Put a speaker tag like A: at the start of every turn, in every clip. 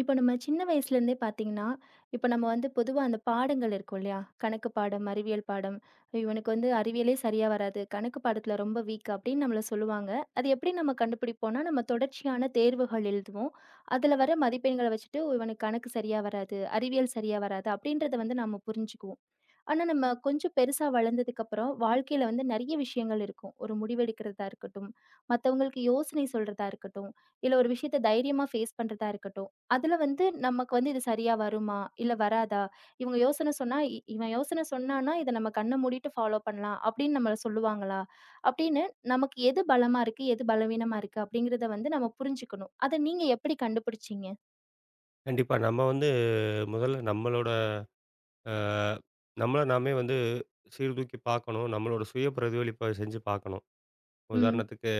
A: இப்போ நம்ம சின்ன வயசுலேருந்தே பார்த்தீங்கன்னா, இப்போ நம்ம வந்து பொதுவா அந்த பாடங்கள் இருக்கும் இல்லையா? கணக்கு பாடம், அறிவியல் பாடம், இவனுக்கு வந்து அறிவியலே சரியா வராது. கணக்கு பாடத்துல ரொம்ப வீக் அப்படின்னு நம்மள சொல்லுவாங்க. அது எப்படி நம்ம கண்டுபிடிப்போம்னா, நம்ம தொடர்ச்சியான தேர்வுகள் எழுதுவோம். அதில வர மதிப்பெண்கள வச்சுட்டு, இவனுக்கு கணக்கு சரியா வராது, அறிவியல் சரியா வராது அப்படின்றத வந்து நம்ம புரிஞ்சுக்குவோம். ஆனா, நம்ம கொஞ்சம் பெருசா வளர்ந்ததுக்கப்புறம், வாழ்க்கையில வந்து நெறைய விஷயங்கள் இருக்கும். ஒரு முடிவெடுக்கிறதா இருக்கட்டும், மத்தவங்களுக்கு யோசனை சொல்றதா இருக்கட்டும், இல்ல ஒரு விஷயத்த தைரியமா ஃபேஸ் பண்றதா இருக்கட்டும். அதுல வந்து நமக்கு வந்து இது சரியா வருமா? இல்ல வராதா? இவங்க யோசனை சொன்னா, இவன் யோசனை சொன்னான்னா, இத நம்ம கண்ண மூடிட்டு ஃபாலோ பண்ணலாம் அப்படின்னு நம்மள சொல்லுவாங்களா? அப்படின்னு நமக்கு எது பலமா இருக்கு, எது பலவீனமா இருக்கு அப்படிங்கிறத வந்து நம்ம புரிஞ்சுக்கணும். அத நீங்க எப்படி கண்டுபிடிச்சீங்க?
B: கண்டிப்பா. நம்ம வந்து முதல்ல நம்மளோட அ நம்மள நாமே வந்து சீர்தூக்கி பார்க்கணும். நம்மளோட சுய பிரதிபலிப்ப செஞ்சு பார்க்கணும்.
A: ம்,
B: உதாரணத்துக்கு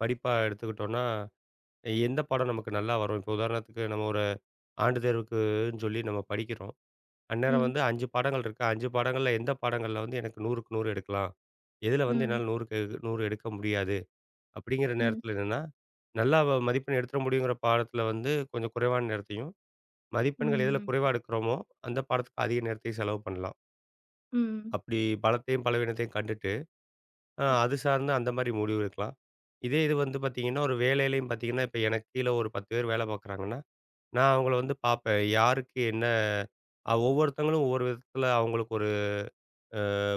B: படிப்பா எடுத்துக்கிட்டோம்னா, எந்த பாடம் நமக்கு நல்லா வரும்? இப்போ உதாரணத்துக்கு நம்ம ஒரு ஆண்டு தேர்வுக்குன்னு சொல்லி நம்ம படிக்கிறோம். அந்நேரம்
A: ம்,
B: வந்து 5 பாடங்கள் இருக்கு. 5 பாடங்கள்ல எந்த பாடங்கள்ல வந்து எனக்கு 100க்கு 100 எடுக்கலாம்? எதுல வந்து
A: ம்,
B: என்னால 100க்கு 100 எடுக்க முடியாது? அப்படிங்கிற
A: ம்,
B: நேரத்தில என்னன்னா, நல்லா மதிப்பெண் எடுத்துற முடியுங்கிற பாடத்தில வந்து கொஞ்சம் குறைவான நேரத்தையும் மதிப்பெண்கள் எதில
A: ம்,
B: குறைவா எடுக்கிறோமோ, அந்த பாடத்துக்கு அதிக நேரத்தை செலவு பண்ணலாம்.
A: ம்,
B: அப்படி பலத்தையும் பலவீனத்தையும் கண்டுட்டு,
A: ம்,
B: அது சார்ந்து அந்த மாரி முடிவு எடுக்கலாம். இதே இது வந்து பார்த்தீங்கன்னா, ஒரு வேலையிலயும் பார்த்தீங்கன்னா, இப்ப எனக்கு கீழ ஒரு 10 பேர் வேலை பார்க்குறாங்கன்னா, நான் அவங்கள வந்து பார்ப்பேன். யாருக்கு என்ன ஒவ்வொருத்தங்களும் ஒவ்வொரு விதத்துல அவங்களுக்கு ஒரு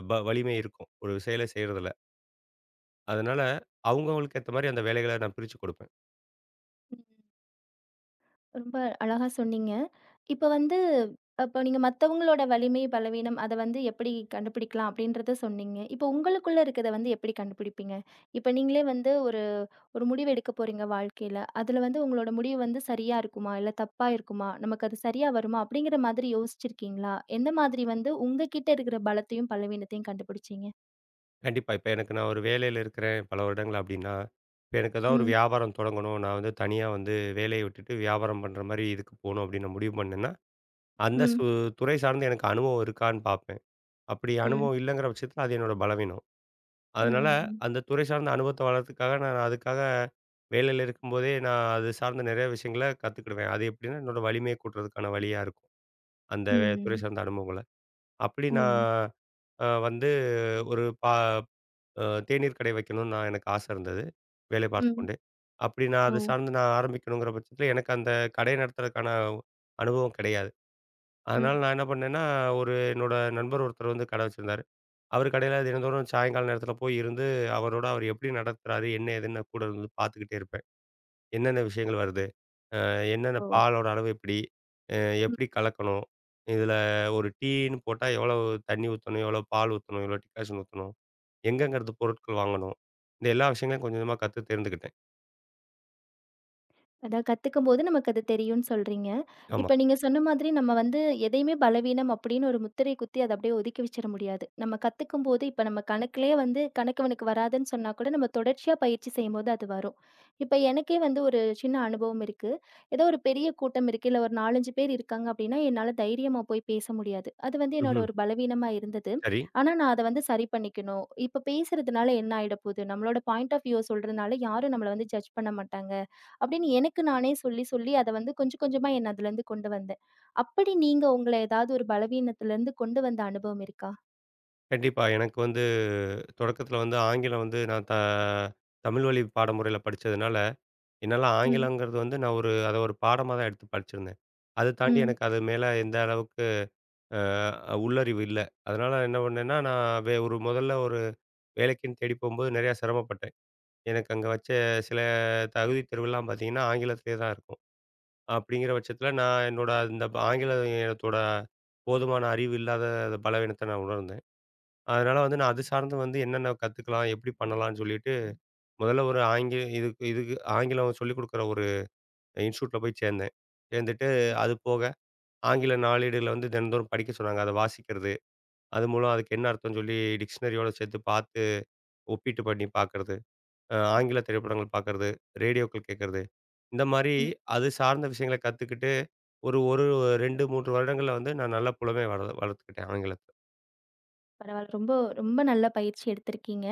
B: வலிமை இருக்கும். ஒரு செயலை செய்றதுல. அதனால அவங்கவங்களுக்கு ஏத்த மாரி அந்த வேலைகள நான் பிரிச்சு கொடுப்பேன்.
A: ம். ரொம்ப அழகா சொன்னீங்க. இப்ப வந்து அப்ப நீங்க மத்தவங்களோட வலிமை, பலவீனம் அத வந்து எப்படி கண்டுபிடிக்கலாம் அப்படின்றத சொன்னீங்க. இப்ப உங்களுக்குள்ள இருக்கிறத வந்து எப்படி கண்டுபிடிப்பீங்க? இப்ப நீங்களே வந்து ஒரு ஒரு முடிவு எடுக்க போறீங்க வாழ்க்கையில. அதுல வந்து உங்களோட முடிவு வந்து சரியா இருக்குமா? இல்ல தப்பா இருக்குமா? நமக்கு அது சரியா வருமா? அப்படிங்கிற மாதிரி யோசிச்சிருக்கீங்களா? எந்த மாதிரி வந்து உங்ககிட்ட இருக்கிற பலத்தையும், பலவீனத்தையும் கண்டுபிடிச்சீங்க?
B: கண்டிப்பா. இப்ப எனக்கு நான் ஒரு வேலையில இருக்கிறேன் பல வருடங்கள் அப்டின்னா, இப்ப எனக்கு ஏதாவது ஒரு
A: ம்,
B: வியாபாரம் தொடங்கணும். நான் வந்து தனியா வந்து வேலைய விட்டுட்டு வியாபாரம் பண்ற மாரி இதுக்கு போணும் அப்டின்னு நான் முடிவு பண்ணேன்னா, அந்த
A: ம்,
B: துறை சார்ந்து எனக்கு அனுபவம் இருக்கான்னு பார்ப்பேன். அப்படி
A: ம்,
B: அனுபவம் இல்லங்கிற பட்சத்தில அது என்னோட பலவீனம். அதனால
A: ம்,
B: அந்த துறை சார்ந்த அனுபவத்த வளர்றதுக்காக நான் அதுக்காக வேலையில இருக்கும்போதே நான் அது சார்ந்த நிறைய விஷயங்கள கத்துக்கிடுவேன். அது எப்டின்னா என்னோட வலிமையை கூட்டுறதுக்கான வழியா இருக்கும். அந்த
A: ம்,
B: துறை
A: ம்,
B: சார்ந்த அனுபவங்கள. அப்படி
A: ம்,
B: நான் வந்து ஒரு தேநீர் கடை வைக்கணும்னு நான் எனக்கு ஆசை இருந்தது, வேலை
A: ம்.
B: பார்த்துக்கொண்டே. அப்படி நான்
A: ஓ!
B: அது சார்ந்து நான் ஆரம்பிக்கணுங்கிற பட்சத்தில, எனக்கு அந்த கடைய நடத்துறதுக்கான அனுபவம் கிடையாது.
A: ம்.
B: அதனால நான் என்ன பண்ணேன்னா, ஒரு என்னோட நண்பர் ஒருத்தர் வந்து கடை வச்சிருந்தாரு. அவர் கடையில தினந்தோறும் சாயங்கால நேரத்தில போய் இருந்து, அவரோட அவர் எப்படி நடத்துறாரு, என்ன ஏதுன்னு நான் கூட இருந்து பார்த்துக்கிட்டே இருப்பேன். என்னென்ன விஷயங்கள் வருது? என்னென்ன
A: ஓ!
B: பாலோட அளவு எப்படி? அ எப்படி கலக்கணும்? இதில ஒரு டீன்னு போட்டா எவ்வளவு தண்ணி ஊத்தணும்? எவ்வளவு பால் ஊத்தணும்? எவ்வளவு டிக்காஷன் ஊத்தணும்? எங்கங்கிறது பொருட்கள் வாங்கணும். இந்த எல்லா விஷயங்களையும் கொஞ்சம் கொஞ்சமா கத்து தேர்ந்துக்கிட்டேன்.
A: அதான் கத்துக்கும்போது நமக்கு அது தெரியும்னு சொல்றீங்க.
B: ஆமா.
A: இப்ப நீங்க சொன்ன மாதிரி நம்ம வந்து எதையுமே பலவீனம் அப்படின்னு ஒரு முத்திரை குத்தி அத அப்படியே ஒதுக்கி வச்சிட முடியாது. நம்ம கத்துக்கும்போது இப்ப நம்ம கணக்குலயே வந்து கணக்கவனுக்கு வராதுன்னு சொன்னா கூட நம்ம தொடர்ச்சியா பயிற்சி செய்யும்போது அது வரும். இப்ப எனக்கே வந்து ஒரு சின்ன அனுபவம் இருக்கு. ஏதோ ஒரு பெரிய கூட்டம் இருக்கு. இல்ல ஒரு 4, 5 பேர் இருக்காங்க அப்படின்னா, என்னால தைரியமா போய் பேச முடியாது. அது வந்து என்னோட
B: ம்ஹ்ம்.
A: ஒரு பலவீனமா இருந்தது.
B: சரி.
A: ஆனா நான் அத வந்து சரி பண்ணிக்கணும். இப்ப பேசுறதுனால என்ன ஆயிட போகுது? நம்மளோட பாயிண்ட் ஆஃப் வியூவ சொல்றதுனால யாரும் நம்மள வந்து ஜட்ஜ் பண்ண மாட்டாங்க. அப்படின்னு எனக்கு நானே சொல்லி, சொல்லி அத வந்து கொஞ்சம் கொஞ்சமா என்ன அதுலருந்து கொண்டு வந்தேன். அப்படி நீங்க உங்கள ஏதாவது ஒரு பலவீனத்துலருந்து கொண்டு வந்த அனுபவம் இருக்கா?
B: கண்டிப்பா. எனக்கு வந்து தொடக்கத்தில வந்து ஆங்கிலம் வந்து நான் தமிழ் வழி பாடமுறையில படிச்சதுனால, என்னால
A: ம்.
B: ஆங்கிலங்கிறது வந்து நான் ஒரு அத ஒரு பாடமா தான் எடுத்து படிச்சிருந்தேன். அது தாண்டி
A: ம்.
B: எனக்கு அது மேல எந்த அளவுக்கு உள்ளறிவு இல்ல. அதனால என்ன பண்ணேன்னா, நான் ஒரு முதல்ல ஒரு வேலைக்குன்னு தேடி போம்போது நெறையா சிரமப்பட்டேன். எனக்கு அங்க வச்ச சில தகுதி தேர்வுலாம் பார்த்தீங்கன்னா, ஆங்கிலத்திலேயே தான் இருக்கும். அப்படிங்கிற பட்சத்தில, நான் என்னோட அந்த ஆங்கிலத்தோட போதுமான அறிவு இல்லாத பலவீனத்த நான் உணர்ந்தேன். அதனால வந்து நான் அது சார்ந்து வந்து என்னென்ன கத்துக்கலாம், எப்படி பண்ணலாம்ன்னு சொல்லிட்டு, முதல்ல ஒரு இதுக்கு இதுக்கு ஆங்கிலம் சொல்லிக் குடுக்குற ஒரு இன்ஸ்டிடியூட்ல போய் சேர்ந்தேன். சேர்ந்துட்டு அது போக ஆங்கில நாளேடுகள வந்து தினந்தோறும் படிக்க சொன்னாங்க. அத வாசிக்கிறது, அது மூலம் அதுக்கு என்ன அர்த்தம்ன்னு சொல்லி டிக்ஷனரியோட சேர்த்து பார்த்து, ஒப்பீட்டு பண்ணி பார்க்கறது,
A: ம்.
B: ஆங்கில திரைப்படங்கள் பார்க்கறது, ரேடியோக்கள் கேட்கறது. இந்த மாரி
A: ம்.
B: அது சார்ந்த விஷயங்கள கத்துக்கிட்டு, ஒரு ஒரு 2, 3 வருடங்கள்ல வந்து நான் நல்ல புலமை வளர்த்துக்கிட்டேன் ஆங்கிலத்துல.
A: பரவால்ல. ரொம்ப ரொம்ப நல்ல பயிற்சி எடுத்திருக்கீங்க.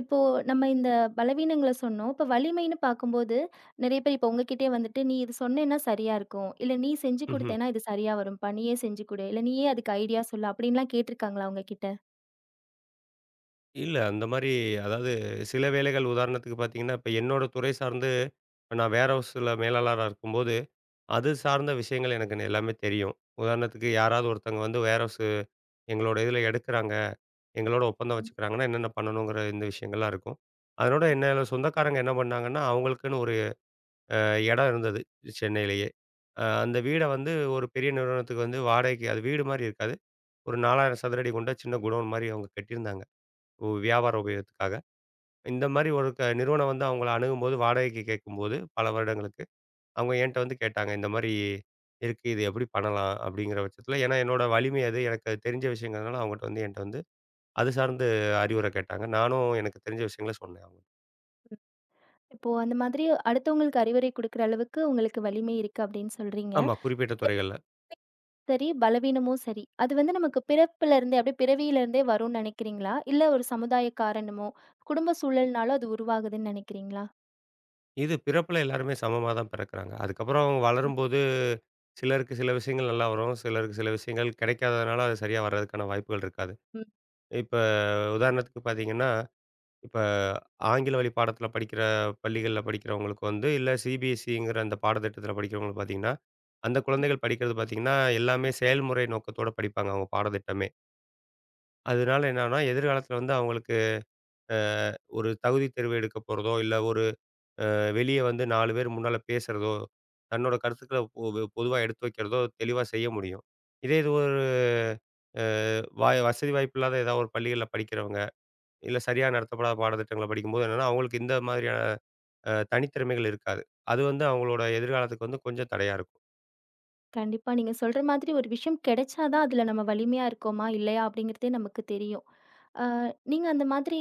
A: இப்போ நம்ம இந்த பலவீனங்கள சொன்னோம். இப்ப வலிமைன்னு பார்க்கும்போது, நெறைய பேர் இப்ப உங்ககிட்டயே வந்துட்டு, "நீ இது சொன்னேன்னா சரியா இருக்கும். இல்ல நீ செஞ்சு
B: ம்ஹ்ம்.
A: குடுத்தேன்னா இது சரியா வரும்ப்பா. நீயே செஞ்சு குடு. இல்ல நீயே அதுக்கு ஐடியா சொல்லு." அப்படின்லாம் கேட்டிருக்காங்களா உங்ககிட்ட?
B: இல்ல அந்த மாரி அதாவது சில வேலைகள் உதாரணத்துக்கு பார்த்தீங்கன்னா, இப்ப என்னோட துறை சார்ந்து இப்ப நான் வேர் ஹவுஸ்ல மேலாளரா இருக்கும்போது, அது சார்ந்த விஷயங்கள் எனக்கு எல்லாமே தெரியும். உதாரணத்துக்கு யாராவது ஒருத்தவங்க வந்து வேர் ஹவுஸு எங்களோட இதில எடுக்குறாங்க, எங்களோட ஒப்பந்தம் வச்சுக்கிறாங்கன்னா, என்னென்ன பண்ணணுங்கிற இந்த விஷயங்கள்லாம் இருக்கும். அதனோட என்னோட சொந்தக்காரங்க என்ன பண்ணாங்கன்னா, அவங்களுக்குன்னு ஒரு அ இடம் இருந்தது சென்னையிலேயே. அந்த வீட வந்து ஒரு பெரிய நிறுவனத்துக்கு வந்து வாடகைக்கு அது வீடு மாரி இருக்காது. ஒரு 4000 சதுர அடி கொண்ட சின்ன குடோன் மாரி அவங்க கட்டியிருந்தாங்க. வியாபார உபயோகத்துக்காக. இந்த மாரி ஒரு நிறுவனம் வந்து அவங்கள அணுகும்போது, வாடகைக்கு கேட்கும்போது பல வருடங்களுக்கு, அவங்க என்ட்ட வந்து கேட்டாங்க. இந்த மாரி இருக்கு. இது எப்படி பண்ணலாம்? அப்படிங்கிற பட்சத்தில ஏன்னா என்னோட வலிமை அது. எனக்கு அது தெரிஞ்ச விஷயங்கிறதுனால அவங்கட்ட வந்து என்ட்ட வந்து அது சார்ந்து அறிவுரை கேட்டாங்க. நானும் எனக்கு தெரிஞ்ச விஷயங்கள சொன்னேன்.
A: இப்போ அந்த மாதிரி அடுத்தவங்களுக்கு அறிவுரை குடுக்குற அளவுக்கு உங்களுக்கு வலிமை இருக்கு அப்படின்னு சொல்றீங்க.
B: ஆமா குறிப்பிட்ட துறைகள்ல.
A: சரி, பலவீனமும் சரி. அது வந்து நமக்கு பிறப்பிலருந்தே அப்படியே பிறவியிலருந்தே வரும்னு நினைக்கிறீங்களா? இல்ல ஒரு சமுதாய காரணமோ, குடும்ப சூழல்னாலும் அது உருவாகுதுன்னு நினைக்கிறீங்களா?
B: இது பிறப்புல எல்லாருமே சமமா தான் பிறக்குறாங்க. அதுக்கப்புறம் அவங்க வளரும்போது, சிலருக்கு சில விஷயங்கள் நல்லா வரும். சிலருக்கு சில விஷயங்கள் கிடைக்காததுனால, அது சரியா வர்றதுக்கான வாய்ப்புகள் இருக்காது.
A: ம்.
B: இப்ப உதாரணத்துக்கு பார்த்தீங்கன்னா, இப்ப ஆங்கில வழி பாடத்தில படிக்கிற பள்ளிகள்ல படிக்கிறவங்களுக்கு வந்து, இல்ல சிபிஎஸ்இங்கிற அந்த பாடத்திட்டத்தில படிக்கிறவங்களுக்கு பார்த்தீங்கன்னா, அந்த குழந்தைகள் படிக்கிறது பார்த்தீங்கன்னா, எல்லாமே செயல்முறை நோக்கத்தோட படிப்பாங்க அவங்க பாடத்திட்டமே. அதனால என்னன்னா, எதிர்காலத்தில வந்து அவங்களுக்கு அ ஒரு தகுதித் தேர்வு எடுக்கப் போறதோ, இல்ல ஒரு வெளியே வந்து 4 பேர் முன்னால பேசுறதோ, தன்னோட கருத்துக்கள பொதுவா எடுத்து வைக்கிறதோ தெளிவா செய்ய முடியும். இதே இது ஒரு அ வாய் வசதி வாய்ப்பு இல்லாத ஏதாவது ஒரு பள்ளிகள்ல படிக்கிறவங்க, இல்ல சரியா நடத்தப்படாத பாடத்திட்டங்கள படிக்கும்போது என்னன்னா, அவங்களுக்கு இந்த மாதிரியான தனித்திறமைகள் இருக்காது. அது வந்து அவங்களோட எதிர்காலத்துக்கு வந்து கொஞ்சம் தடையா இருக்கும்.
A: கண்டிப்பா. நீங்க சொல்ற மாதிரி ஒரு விஷயம் கிடைச்சா தான் அதுல நம்ம வலிமையா இருக்கோமா, இல்லையா அப்படிங்கிறதே நமக்கு தெரியும். அ நீங்க அந்த மாதிரி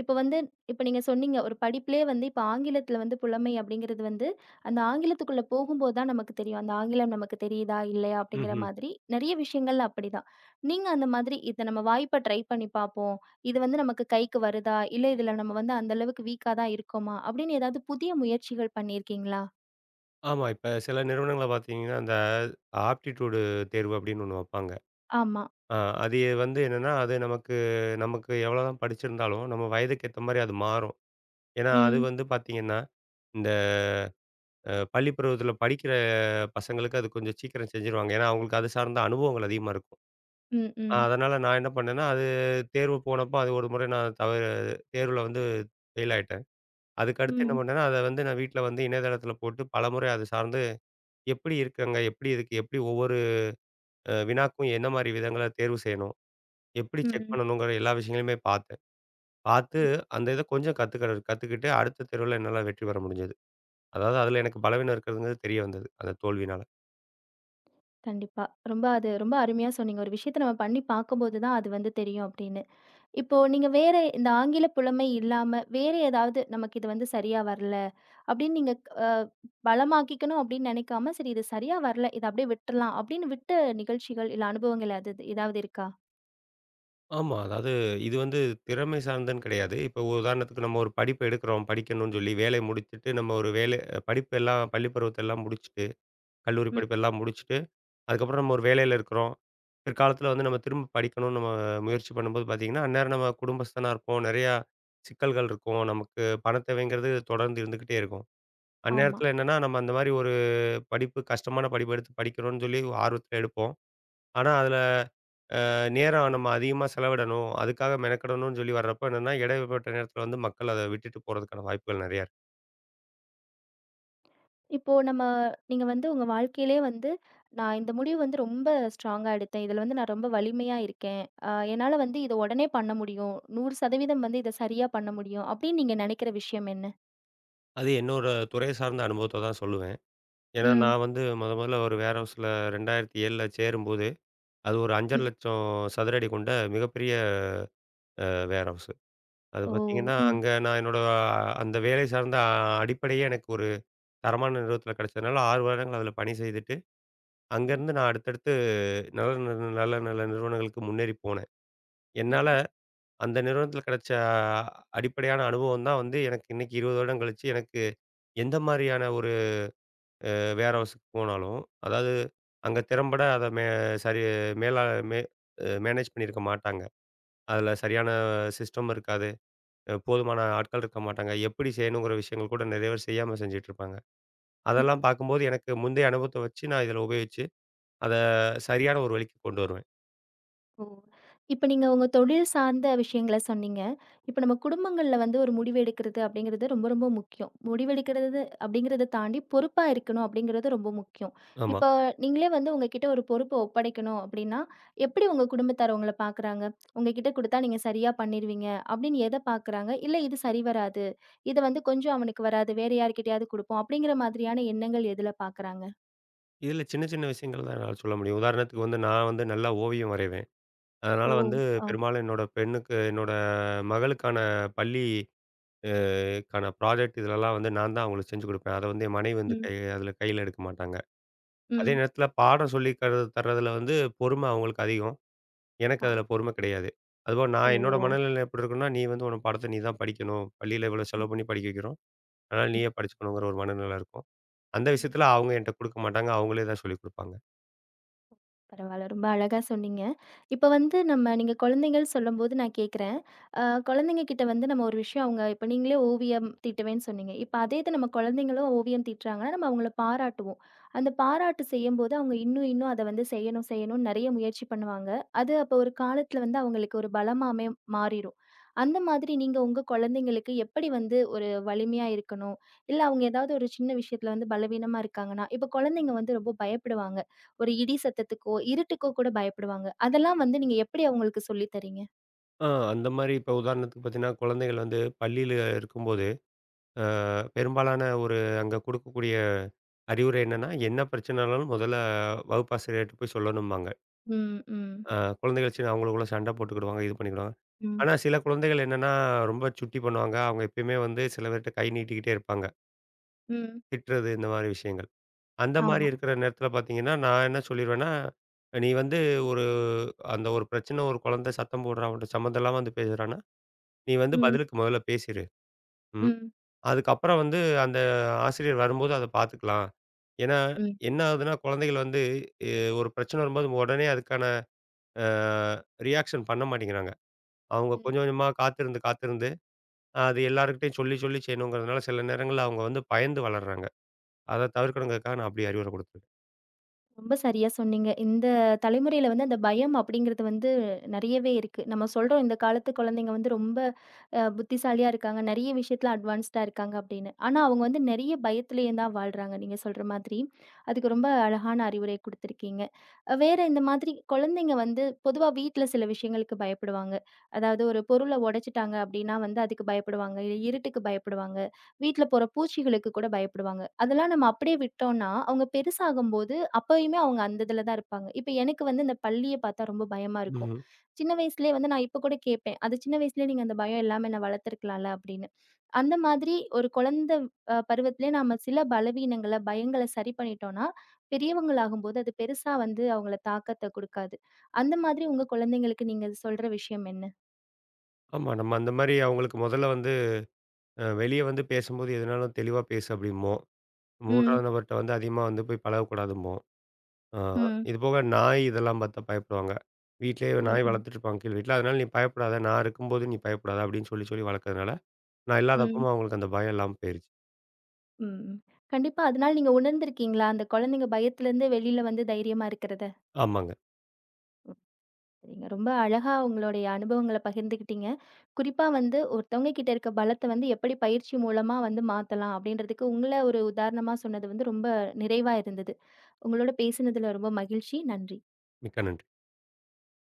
A: இப்ப வந்து இப்ப நீங்க சொன்னீங்க ஒரு படிப்பிலே வந்து இப்ப ஆங்கிலத்தில வந்து புலமை அப்படிங்கிறது வந்து, அந்த ஆங்கிலத்துக்குள்ள போகும்போது தான் நமக்கு தெரியும். அந்த ஆங்கிலம் நமக்கு தெரியுதா, இல்லையா அப்படிங்கிற
B: ம்ஹ்ம்.
A: மாதிரி நெறைய விஷயங்கள்ல அப்படிதான். நீங்க அந்த மாதிரி இத நம்ம வாய்ப்ப ட்ரை பண்ணி பார்ப்போம். இது வந்து நமக்கு கைக்கு வருதா, இல்ல இதுல நம்ம வந்து அந்த அளவுக்கு வீக்கா தான் இருக்கோமா அப்படின்னு ஏதாவது புதிய முயற்சிகள் பண்ணியிருக்கீங்களா?
B: ஆமா. இப்ப சில நிறுவனங்கள பார்த்தீங்கன்னா, அந்த ஆப்டிட்யூட் தேர்வு அப்படின்னு ஒண்ணு வைப்பாங்க.
A: ஆமா.
B: அ அது வந்து என்னன்னா, அது நமக்கு நமக்கு எவ்வளோதான் படிச்சிருந்தாலும், நம்ம வயதுக்கு ஏத்த மாரி அது மாறும். ஏன்னா, அது
A: ம்.
B: வந்து பார்த்தீங்கன்னா, இந்த பள்ளி பருவத்தில படிக்கிற பசங்களுக்கு அது கொஞ்சம் சீக்கிரம் செஞ்சுருவாங்க. ஏன்னா, அவங்களுக்கு அது சார்ந்த அனுபவங்கள் அதிகமா இருக்கும்.
A: ம், ம்.
B: அதனால நான் என்ன பண்ணேன்னா, அது தேர்வு போனப்போ அது ஒரு முறை நான் தவறு தேர்வுல வந்து ஃபெயில் ஆயிட்டேன். அதுக்கு அடுத்து என்ன
A: ம்.
B: பண்ணேன்னா, அத வந்து நான் வீட்ல வந்து இணையதளத்தில போட்டு பலமுறை அது சார்ந்து எப்படி இருக்குங்க? எப்படி இதுக்கு எப்படி ஒவ்வொரு வினாக்கும் என்ன மாரி விதங்கள தேர்வு செய்யணும்? எப்படி செக்
A: ம்.
B: பண்ணணுங்கிற எல்லா விஷயங்களையுமே பார்த்தேன். பார்த்து
A: ம்.
B: அந்த இத கொஞ்சம் கத்துக்கிட்டு அடுத்த தேர்வுல என்னால வெற்றி பெற முடிஞ்சது. அதாவது அதில எனக்கு பலவீனம் இருக்கிறதுங்கிறது தெரிய வந்தது. அந்த தோல்வினால.
A: கண்டிப்பா. ரொம்ப அது ரொம்ப அருமையா சொன்னீங்க. ஒரு விஷயத்த நம்ம பண்ணி பார்க்கும்போது தான் அது வந்து தெரியும் அப்படின்னு. இப்போ நீங்க வேற இந்த ஆங்கில புலமை இல்லாம, வேற ஏதாவது நமக்கு இது வந்து சரியா வரல அப்படின்னு நீங்க அ பலமாக்கிக்கணும் அப்படின்னு நினைக்காம, சரி இது சரியா வரல, இத அப்படியே விட்டுறலாம் அப்படின்னு விட்ட நிகழ்ச்சிகள், இல்ல அனுபவங்கள் அது ஏதாவது இருக்கா?
B: ஆமா. அதாவது இது வந்து திறமை சார்ந்தன்னு கிடையாது. இப்போ உதாரணத்துக்கு நம்ம ஒரு படிப்பு எடுக்கிறோம், படிக்கணும்னு சொல்லி வேலைய முடிச்சுட்டு நம்ம ஒரு வேலை படிப்பு எல்லாம் பள்ளி பருவத்த எல்லாம் முடிச்சுட்டு, கல்லூரி
A: ம்.
B: படிப்பு எல்லாம் முடிச்சுட்டு, அதுக்கப்புறம் நம்ம ஒரு வேலையில இருக்கிறோம். பிற்காலத்தில வந்து நம்ம திரும்ப படிக்கணும்னு நம்ம முயற்சி பண்ணும்போது பார்த்தீங்கன்னா, அந்நேரம் நம்ம குடும்பஸ்தனா இருப்போம். நிறையா சிக்கல்கள் இருக்கும். நமக்கு பண தேவைங்கிறது தொடர்ந்து இருந்துகிட்டே இருக்கும்.
A: ஆமா.
B: அந்நேரத்தில என்னன்னா, நம்ம அந்த மாரி ஒரு கஷ்டமான படிப்பு எடுத்து படிக்கணும்னு சொல்லி ஆர்வத்தில எடுப்போம். ஆனா, அதில நேரம் நம்ம அதிகமா செலவிடணும், அதுக்காக மெனக்கெடணும்னு சொல்லி வர்றப்ப என்னன்னா, இடைப்பட்ட நேரத்தில வந்து மக்கள் அத விட்டுட்டு போறதுக்கான வாய்ப்புகள் நெறையா இருக்கு.
A: இப்போ நம்ம நீங்க வந்து உங்க வாழ்க்கையிலே வந்து, "நான் இந்த முடிவு வந்து ரொம்ப ஸ்ட்ராங்கா எடுத்தேன். இதில வந்து நான் ரொம்ப வலிமையா இருக்கேன். என்னால வந்து இத உடனே பண்ண முடியும். 100% வந்து இத சரியா பண்ண முடியும்." அப்படின்னு நீங்க நினைக்கிற விஷயம் என்ன?
B: அது என்னோட துறை சார்ந்த அனுபவத்த தான் சொல்லுவேன். ஏன்னா,
A: ம்.
B: நான் வந்து மொதல்ல ஒரு வேர் ஹவுஸ்ல 2007ல சேரும்போது, அது ஒரு
A: ம்.
B: 5,1/2 லட்சம் சதுர அடி கொண்ட மிகப்பெரிய வேர் ஹவுஸு. அது
A: ஓ!
B: பார்த்தீங்கன்னா,
A: ம்.
B: அங்க நான் என்னோட அந்த வேலை சார்ந்த அடிப்படையே எனக்கு ஒரு தரமான நிறுவனத்தில கிடைச்சதுனால, 6 வருடங்கள் அதில பணி செய்துட்டு, அங்கேருந்து நான் அடுத்தடுத்து நல்ல நல்ல நல்ல நல்ல நிறுவனங்களுக்கு முன்னேறி போனேன். என்னால
A: ம்,
B: அந்த நிறுவனத்தில கிடைச்ச அடிப்படையான அனுபவம் தான் வந்து எனக்கு இன்னைக்கு 20 வருடம் கழிச்சு எனக்கு எந்த மாரியான ஒரு வேர் ஹவுஸுக்கு போனாலும், அதாவது அங்க திறம்பட அத சரி மேலா மே மேனேஜ் பண்ணியிருக்க மாட்டாங்க. அதில சரியான சிஸ்டம் இருக்காது. போதுமான ஆட்கள் இருக்க மாட்டாங்க. எப்படி செய்யணுங்கிற விஷயங்கள் கூட நிறைய பேர் செய்யாம செஞ்சுட்டு இருப்பாங்க.
A: ம்.
B: அதெல்லாம் பார்க்கும்போது எனக்கு முந்தைய அனுபவத்த வச்சு நான் இதில உபயோகிச்சு, அத சரியான ஒரு வழிக்கு கொண்டு வருவேன்.
A: ஓ! இப்ப நீங்க உங்க தொழில் சார்ந்த விஷயங்கள சொன்னீங்க. இப்ப நம்ம குடும்பங்கள்ல வந்து ஒரு முடிவு எடுக்கிறது அப்படிங்கிறது ரொம்ப ரொம்ப முக்கியம். முடிவெடுக்கிறது அப்படிங்கிறத தாண்டி பொறுப்பா இருக்கணும் அப்படிங்கிறது ரொம்ப முக்கியம்.
B: ஆமா.
A: இப்போ நீங்களே வந்து உங்ககிட்ட ஒரு பொறுப்ப ஒப்படைக்கணும் அப்படின்னா, எப்படி உங்க குடும்பத்தார் உங்கள பார்க்குறாங்க? உங்ககிட்ட குடுத்தா நீங்க சரியா பண்ணிருவீங்க அப்படின்னு எத பார்க்குறாங்க? இல்ல இது சரி வராது. இத வந்து கொஞ்சம் அவனுக்கு வராது. வேற யார்கிட்டயாவது குடுப்போம் அப்படிங்கிற மாதிரியான எண்ணங்கள் எதுல பார்க்குறாங்க?
B: இதில சின்ன சின்ன விஷயங்கள் தான் என்னால சொல்ல முடியும். உதாரணத்துக்கு வந்து நான் வந்து நல்லா ஓவியம் வரைவேன். அதனால
A: ஓ!
B: வந்து
A: ஆ.
B: பெரும்பாலும் என்னோட பெண்ணுக்கு என்னோட மகளுக்கான பள்ளி அ க்கான ப்ராஜெக்ட் இதுலலாம் வந்து நான் தான் அவங்களுக்கு செஞ்சு குடுப்பேன். அத வந்து என் மனைவி வந்து
A: ம்.
B: அதில கையில எடுக்க மாட்டாங்க. அதே
A: ம்.
B: நேரத்தில பாடம் சொல்லி தர்றதுல வந்து பொறுமை அவங்களுக்கு அதிகம். எனக்கு
A: ஆ.
B: அதில பொறுமை கிடையாது. அதுபோக
A: ஓ!
B: நான் என்னோட மனநிலை எப்படி இருக்கும்னா, "நீ வந்து உன் பாடத்த நீ தான் படிக்கணும். பள்ளியில இவ்வளோ
A: ம்.
B: செலவு பண்ணி படிக்க வைக்கிறோம். அதனால
A: ம்.
B: நீயே படிச்சுக்கணுங்கிற" ஒரு மனநிலை இருக்கும். அந்த விஷயத்தில அவங்க என்ட்ட குடுக்க மாட்டாங்க. அவங்களே தான் சொல்லிக் குடுப்பாங்க.
A: பரவால்ல. ரொம்ப அழகா சொன்னீங்க. இப்ப வந்து நம்ம நீங்க குழந்தைகள் சொல்லும்போது நான் கேட்கிறேன். அ குழந்தைங்க கிட்ட வந்து நம்ம ஒரு விஷயம் அவங்க இப்ப நீங்களே ஓவியம் தீட்டுவேன்னு சொன்னீங்க. இப்ப அதே இது நம்ம குழந்தைங்களும் ஓவியம் தீட்டுறாங்கன்னா, நம்ம அவங்கள பாராட்டுவோம். அந்த பாராட்டு செய்யும்போது அவங்க இன்னும், இன்னும் அத வந்து செய்யணும், செய்யணும்னு நெறைய முயற்சி பண்ணுவாங்க. அது அப்ப ஒரு காலத்துல வந்து அவங்களுக்கு ஒரு பலமாமே மாறிரும். அந்த மாதிரி நீங்க உங்க குழந்தைங்களுக்கு எப்படி வந்து ஒரு வலிமையா இருக்கணும்? இல்ல அவங்க ஏதாவது ஒரு சின்ன விஷயத்துல வந்து பலவீனமா இருக்காங்கன்னா, இப்ப குழந்தைங்க வந்து ரொம்ப பயப்படுவாங்க. ஒரு இடி சத்தத்துக்கோ, இருட்டுக்கோ கூட பயப்படுவாங்க. அதெல்லாம் வந்து நீங்க எப்படி அவங்களுக்கு சொல்லி தரீங்க?
B: ஆ. அந்த மாரி இப்போ உதாரணத்துக்கு பார்த்தீங்கன்னா, குழந்தைகள் வந்து பள்ளியில இருக்கும்போது அ பெரும்பாலான ஒரு அங்க குடுக்கக்கூடிய அறிவுரை என்னன்னா, என்ன பிரச்சனனாலும் முதல்ல வகுப்பாசிரியர்ட்ட போய் சொல்லணும்பாங்க.
A: ம், ம்.
B: அ குழந்தைகள் சின்ன அவங்களுக்குள்ள சண்டை போட்டுக்கிடுவாங்க, இது பண்ணிக்கிடுவாங்க.
A: ம்.
B: ஆனா சில குழந்தைகள் என்னன்னா, ரொம்ப சுட்டி பண்ணுவாங்க. அவங்க எப்பயுமே வந்து சில பேர்ட்ட கை நீட்டிக்கிட்டே இருப்பாங்க.
A: ம்.
B: திட்டுறது இந்த மாரி விஷயங்கள். அந்த மாரி
A: ஆமா.
B: இருக்கிற நேரத்தில பார்த்தீங்கன்னா, நான் என்ன சொல்லிருவேன்னா, நீ வந்து ஒரு அந்த ஒரு பிரச்சன ஒரு குழந்தை சத்தம் போடுறான், அவன்ட்ட சம்மந்தம் இல்லாம வந்து பேசுறான்னா, நீ வந்து
A: ம்,
B: பதிலுக்கு முதல்ல பேசிரு. ம்.
A: ம்,
B: அதுக்கப்புறம் வந்து அந்த ஆசிரியர் வரும்போது அத பார்த்துக்கலாம். ஏன்னா, என்ன ஆகுதுன்னா, குழந்தைகள் வந்து எ ஒரு பிரச்சனை வரும்போது உடனே அதுக்கான அ ரியாக்ஷன் பண்ண மாட்டேங்கிறாங்க. அவங்க
A: ம்.
B: கொஞ்சம் கொஞ்சமா காத்திருந்து, காத்திருந்து அது எல்லார்கிட்டயும் சொல்லி, சொல்லி செய்யணுங்கிறதுனால சில நேரங்கள்ல அவங்க வந்து பயந்து வளர்றாங்க. அத தவிர்க்கணுங்கிறதுக்காக நான் அப்படி அறிவுரை குடுத்தேன்.
A: ரொம்ப சரியா சொன்னீங்க. இந்த தலைமுறையில வந்து அந்த பயம் அப்படிங்கிறது வந்து நெறையவே இருக்கு. நம்ம சொல்றோம் இந்த காலத்து குழந்தைங்க வந்து ரொம்ப புத்திசாலியா இருக்காங்க. நெறைய விஷயத்துல அட்வான்ஸ்டா இருக்காங்க அப்படின்னு. ஆனா அவங்க வந்து நெறைய பயத்திலேயே தான் வாழ்றாங்க. நீங்க சொல்ற மாதிரி. அதுக்கு ரொம்ப அழகான அறிவுரை குடுத்திருக்கீங்க. வேற இந்த மாதிரி குழந்தைங்க வந்து பொதுவா வீட்ல சில விஷயங்களுக்கு பயப்படுவாங்க. அதாவது ஒரு பொருள உடைச்சுட்டாங்க அப்படின்னா வந்து அதுக்கு பயப்படுவாங்க. இல்ல இருட்டுக்கு பயப்படுவாங்க. வீட்ல போற பூச்சிகளுக்கு கூட பயப்படுவாங்க. அதெல்லாம் நம்ம அப்படியே விட்டோம்னா அவங்க பெருசாகும்போது அப்பயுமே அவங்க அந்த இதுல தான் இருப்பாங்க. இப்ப எனக்கு வந்து இந்த பள்ளிய பார்த்தா ரொம்ப பயமா இருக்கும்.
B: ம்.
A: சின்ன வயசுலயே வந்து நான் இப்ப கூட கேட்பேன். அது சின்ன வயசுலயே நீங்க அந்த பயம் இல்லாம என்ன வளர்த்துருக்கலாம்ல அப்படின்னு. அந்த மாதிரி ஒரு குழந்த அ பருவத்திலே நாம சில பலவீனங்கள, பயங்கள சரி பண்ணிட்டோம்னா, பெரியவங்களாகும்போது அது பெருசா வந்து அவங்கள தாக்கத்த குடுக்காது. அந்த மாதிரி உங்க குழந்தைங்களுக்கு நீங்க சொல்ற விஷயம் என்ன?
B: ஆமா, நம்ம அந்த மாரி அவங்களுக்கு முதல்ல வந்து வெளிய வந்து பேசும்போது எதுனாலும் தெளிவா பேசு அப்படிம்போம்.
A: ம்.
B: 3வது நபர்ட்ட வந்து அதிகமா வந்து போய் பழகக்கூடாதும்போம். ஆ.
A: ம்.
B: இது போக நாய் இதெல்லாம் பார்த்தா பயப்படுவாங்க. வீட்லயே
A: ம்.
B: நாய்
A: ம்.
B: வளர்த்துட்டுருப்பாங்க கீழ் வீட்ல. அதனால, "நீ பயப்படாத. நான் இருக்கும்போது நீ பயப்படாத." அப்படின்னு சொல்லி சொல்லி வளர்க்கறதுனால, நான்
A: ம்.
B: இல்லாதப்பவும் அவங்களுக்கு அந்த பயம் இல்லாம போயிருச்சு.
A: ம். ம். கண்டிப்பா அதனால நீங்க உணர்ந்திருக்கீங்களா? அந்த குழந்தைங்க பயத்துலருந்து வெளில வந்து தைரியமா இருக்கிறத?
B: ஆமாங்க.
A: சரிங்க. ரொம்ப அழகா உங்களுடைய அனுபவங்கள பகிர்ந்துக்கிட்டீங்க. குறிப்பா வந்து ஒருத்தவங்க கிட்ட இருக்க பலத்த வந்து எப்படி பயிற்சி மூலமா வந்து மாத்தலாம் அப்படின்றதுக்கு உங்கள ஒரு உதாரணமா சொன்னது வந்து ரொம்ப நிறைவா இருந்தது. உங்களோட பேசினதுல ரொம்ப மகிழ்ச்சி. நன்றி.
B: மிக்க நன்றி.